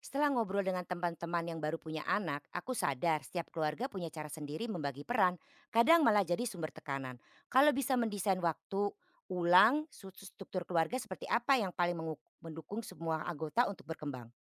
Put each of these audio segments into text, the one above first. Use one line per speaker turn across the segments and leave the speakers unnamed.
Setelah ngobrol dengan teman-teman yang baru punya anak, aku sadar setiap keluarga punya cara sendiri membagi peran, kadang malah jadi sumber tekanan. Kalau bisa mendesain waktu ulang, struktur keluarga seperti apa yang paling mendukung semua anggota untuk berkembang?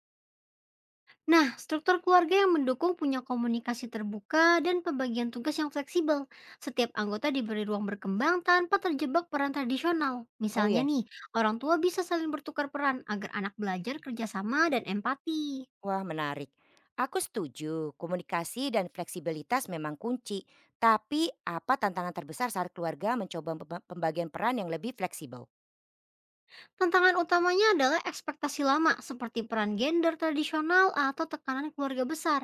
Nah, struktur keluarga yang mendukung punya komunikasi terbuka dan pembagian tugas yang fleksibel. Setiap anggota diberi ruang berkembang tanpa terjebak peran tradisional.
Oh
Misalnya
ya,
nih, orang tua bisa saling bertukar peran agar anak belajar kerjasama dan empati.
wah menarik. Aku setuju, komunikasi dan fleksibilitas memang kunci. Tapi apa tantangan terbesar saat keluarga mencoba pembagian peran yang lebih fleksibel?
Tantangan utamanya adalah ekspektasi lama seperti peran gender tradisional atau tekanan keluarga besar.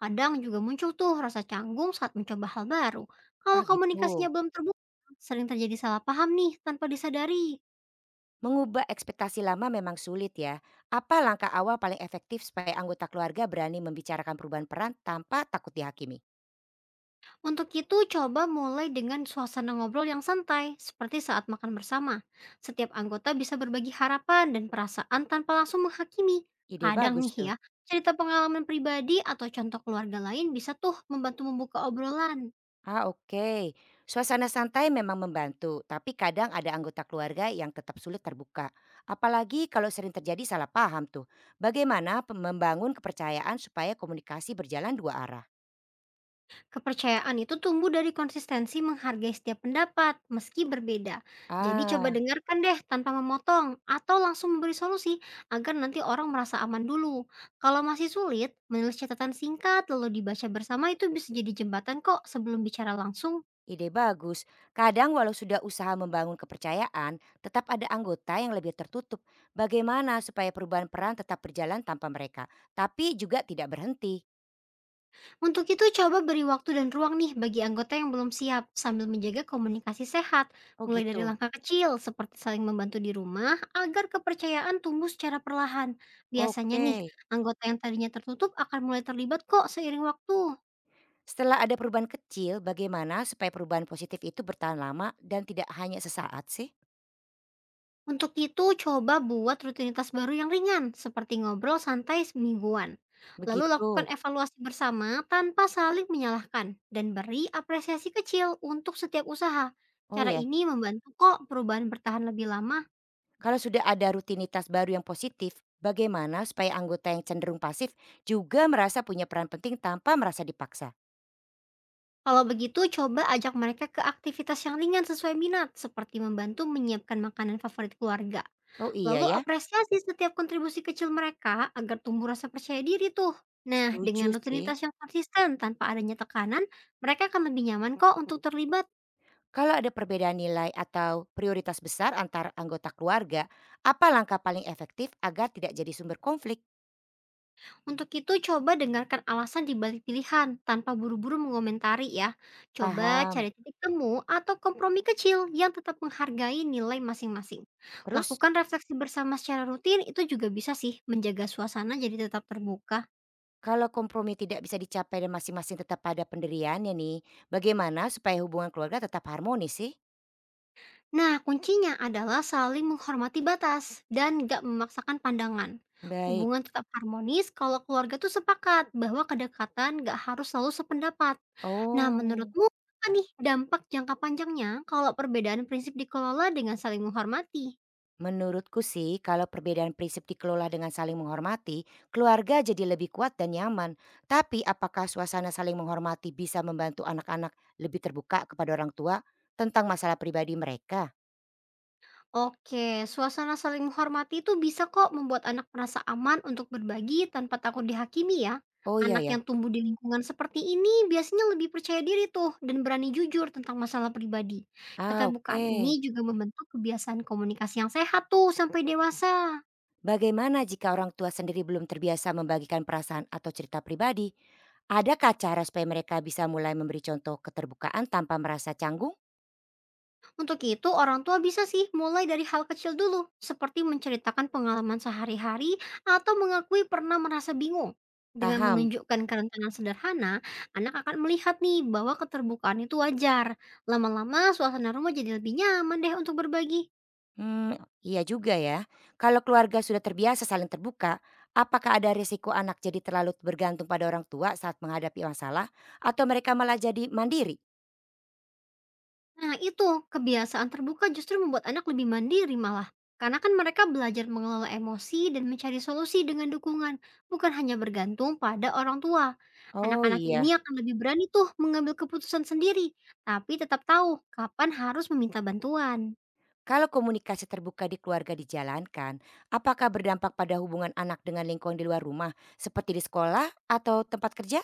Kadang juga muncul tuh rasa canggung saat mencoba hal baru. Kalau
Ah
komunikasinya
gitu.
belum terbuka, sering terjadi salah paham nih tanpa disadari.
Mengubah ekspektasi lama memang sulit ya. Apa langkah awal paling efektif supaya anggota keluarga berani membicarakan perubahan peran tanpa takut dihakimi?
Untuk itu, coba mulai dengan suasana ngobrol yang santai, seperti saat makan bersama. Setiap anggota bisa berbagi harapan dan perasaan tanpa langsung menghakimi.
Ide
Kadang
bagus tuh.
nih ya, cerita pengalaman pribadi atau contoh keluarga lain bisa tuh membantu membuka obrolan.
Ah oke, suasana santai memang membantu, tapi kadang ada anggota keluarga yang tetap sulit terbuka. Apalagi kalau sering terjadi salah paham tuh. Bagaimana membangun kepercayaan supaya komunikasi berjalan dua arah?
Kepercayaan itu tumbuh dari konsistensi menghargai setiap pendapat, meski berbeda. Jadi coba
Ah.
dengarkan deh tanpa memotong atau langsung memberi solusi agar nanti orang merasa aman dulu. Kalau masih sulit, menulis catatan singkat lalu dibaca bersama itu bisa jadi jembatan kok sebelum bicara langsung.
Ide bagus. Kadang walau sudah usaha membangun kepercayaan, tetap ada anggota yang lebih tertutup. Bagaimana supaya perubahan peran tetap berjalan tanpa mereka, tapi juga tidak berhenti?
Untuk itu, coba beri waktu dan ruang nih bagi anggota yang belum siap sambil menjaga komunikasi sehat,
Oh
mulai dari
gitu.
langkah kecil seperti saling membantu di rumah agar kepercayaan tumbuh secara perlahan. Biasanya
Oke.
nih, anggota yang tadinya tertutup akan mulai terlibat kok seiring waktu.
Setelah ada perubahan kecil, bagaimana supaya perubahan positif itu bertahan lama dan tidak hanya sesaat sih?
Untuk itu, coba buat rutinitas baru yang ringan, seperti ngobrol santai semingguan. Lalu lakukan
Begitu.
evaluasi bersama tanpa saling menyalahkan, dan beri apresiasi kecil untuk setiap usaha.
Oh
Cara
ya.
ini membantu kok perubahan bertahan lebih lama.
Kalau sudah ada rutinitas baru yang positif, bagaimana supaya anggota yang cenderung pasif juga merasa punya peran penting tanpa merasa dipaksa?
Kalau begitu, coba ajak mereka ke aktivitas yang ringan sesuai minat, seperti membantu menyiapkan makanan favorit keluarga.
Oh iya
Lalu
ya.
apresiasi setiap kontribusi kecil mereka agar tumbuh rasa percaya diri tuh. Nah,
Setuju
dengan
sih.
rutinitas yang konsisten tanpa adanya tekanan, mereka akan lebih nyaman kok untuk terlibat.
Kalau ada perbedaan nilai atau prioritas besar antar anggota keluarga, apa langkah paling efektif agar tidak jadi sumber konflik?
Untuk itu, coba dengarkan alasan di balik pilihan tanpa buru-buru mengomentari ya. Coba
Paham.
cari titik temu atau kompromi kecil yang tetap menghargai nilai masing-masing.
Terus,
Lakukan refleksi bersama secara rutin itu juga bisa sih menjaga suasana jadi tetap terbuka.
kalau kompromi tidak bisa dicapai dan masing-masing tetap pada pendiriannya nih, bagaimana supaya hubungan keluarga tetap harmonis sih?
Nah, kuncinya adalah saling menghormati batas dan gak memaksakan pandangan.
Baik.
Hubungan tetap harmonis kalau keluarga tuh sepakat bahwa kedekatan gak harus selalu sependapat. Nah,
Oh.
menurutmu apa nih dampak jangka panjangnya kalau perbedaan prinsip dikelola dengan saling menghormati?
Menurutku sih, kalau perbedaan prinsip dikelola dengan saling menghormati, keluarga jadi lebih kuat dan nyaman. Tapi apakah suasana saling menghormati bisa membantu anak-anak lebih terbuka kepada orang tua tentang masalah pribadi mereka?
Oke, suasana saling menghormati itu bisa kok membuat anak merasa aman untuk berbagi tanpa takut dihakimi ya.
Oh iya
Anak
ya.
yang tumbuh di lingkungan seperti ini biasanya lebih percaya diri tuh dan berani jujur tentang masalah pribadi.
Ah,
Keterbukaan
oke.
ini juga membentuk kebiasaan komunikasi yang sehat tuh sampai dewasa.
Bagaimana jika orang tua sendiri belum terbiasa membagikan perasaan atau cerita pribadi? Adakah cara supaya mereka bisa mulai memberi contoh keterbukaan tanpa merasa canggung?
Untuk itu, orang tua bisa sih mulai dari hal kecil dulu, seperti menceritakan pengalaman sehari-hari atau mengakui pernah merasa bingung. Dengan
Paham?
menunjukkan kerentanan sederhana, anak akan melihat nih bahwa keterbukaan itu wajar. Lama-lama suasana rumah jadi lebih nyaman deh untuk berbagi.
Hmm, iya juga ya. Kalau keluarga sudah terbiasa saling terbuka, apakah ada risiko anak jadi terlalu bergantung pada orang tua saat menghadapi masalah atau mereka malah jadi mandiri?
Nah itu, kebiasaan terbuka justru membuat anak lebih mandiri malah. Karena kan mereka belajar mengelola emosi dan mencari solusi dengan dukungan, bukan hanya bergantung pada orang tua.
Oh
Anak-anak ini
iya,
akan lebih berani tuh mengambil keputusan sendiri, tapi tetap tahu kapan harus meminta bantuan.
kalau komunikasi terbuka di keluarga dijalankan, apakah berdampak pada hubungan anak dengan lingkungan di luar rumah seperti di sekolah atau tempat kerja?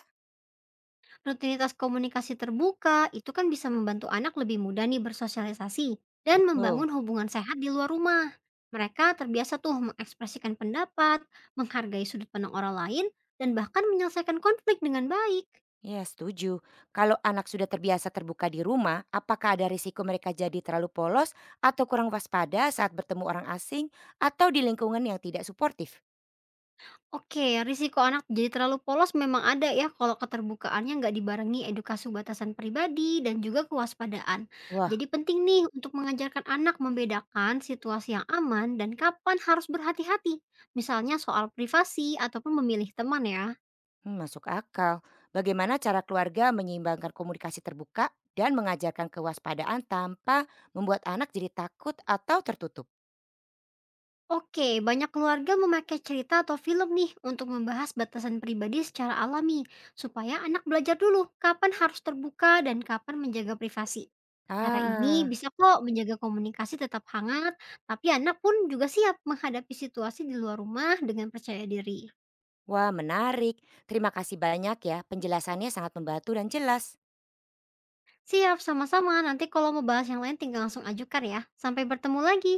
Rutinitas komunikasi terbuka itu kan bisa membantu anak lebih mudah nih bersosialisasi dan
Betul.
membangun hubungan sehat di luar rumah. Mereka terbiasa tuh mengekspresikan pendapat, menghargai sudut pandang orang lain, dan bahkan menyelesaikan konflik dengan baik.
Ya setuju. Kalau anak sudah terbiasa terbuka di rumah, apakah ada risiko mereka jadi terlalu polos atau kurang waspada saat bertemu orang asing atau di lingkungan yang tidak suportif?
Oke, risiko anak jadi terlalu polos memang ada ya kalau keterbukaannya nggak dibarengi edukasi batasan pribadi dan juga kewaspadaan.
Wah,
Jadi penting nih untuk mengajarkan anak membedakan situasi yang aman dan kapan harus berhati-hati, misalnya soal privasi ataupun memilih teman ya.
hmm, masuk akal. Bagaimana cara keluarga menyeimbangkan komunikasi terbuka dan mengajarkan kewaspadaan tanpa membuat anak jadi takut atau tertutup?
Oke, banyak keluarga memakai cerita atau film nih untuk membahas batasan pribadi secara alami, supaya anak belajar dulu kapan harus terbuka dan kapan menjaga privasi. Cara ini
Ah,
bisa kok menjaga komunikasi tetap hangat, tapi anak pun juga siap menghadapi situasi di luar rumah dengan percaya diri.
wah menarik. Terima kasih banyak ya. Penjelasannya sangat membantu dan jelas.
Siap, sama-sama. Nanti kalau mau bahas yang lain tinggal langsung ajukan ya. Sampai bertemu lagi.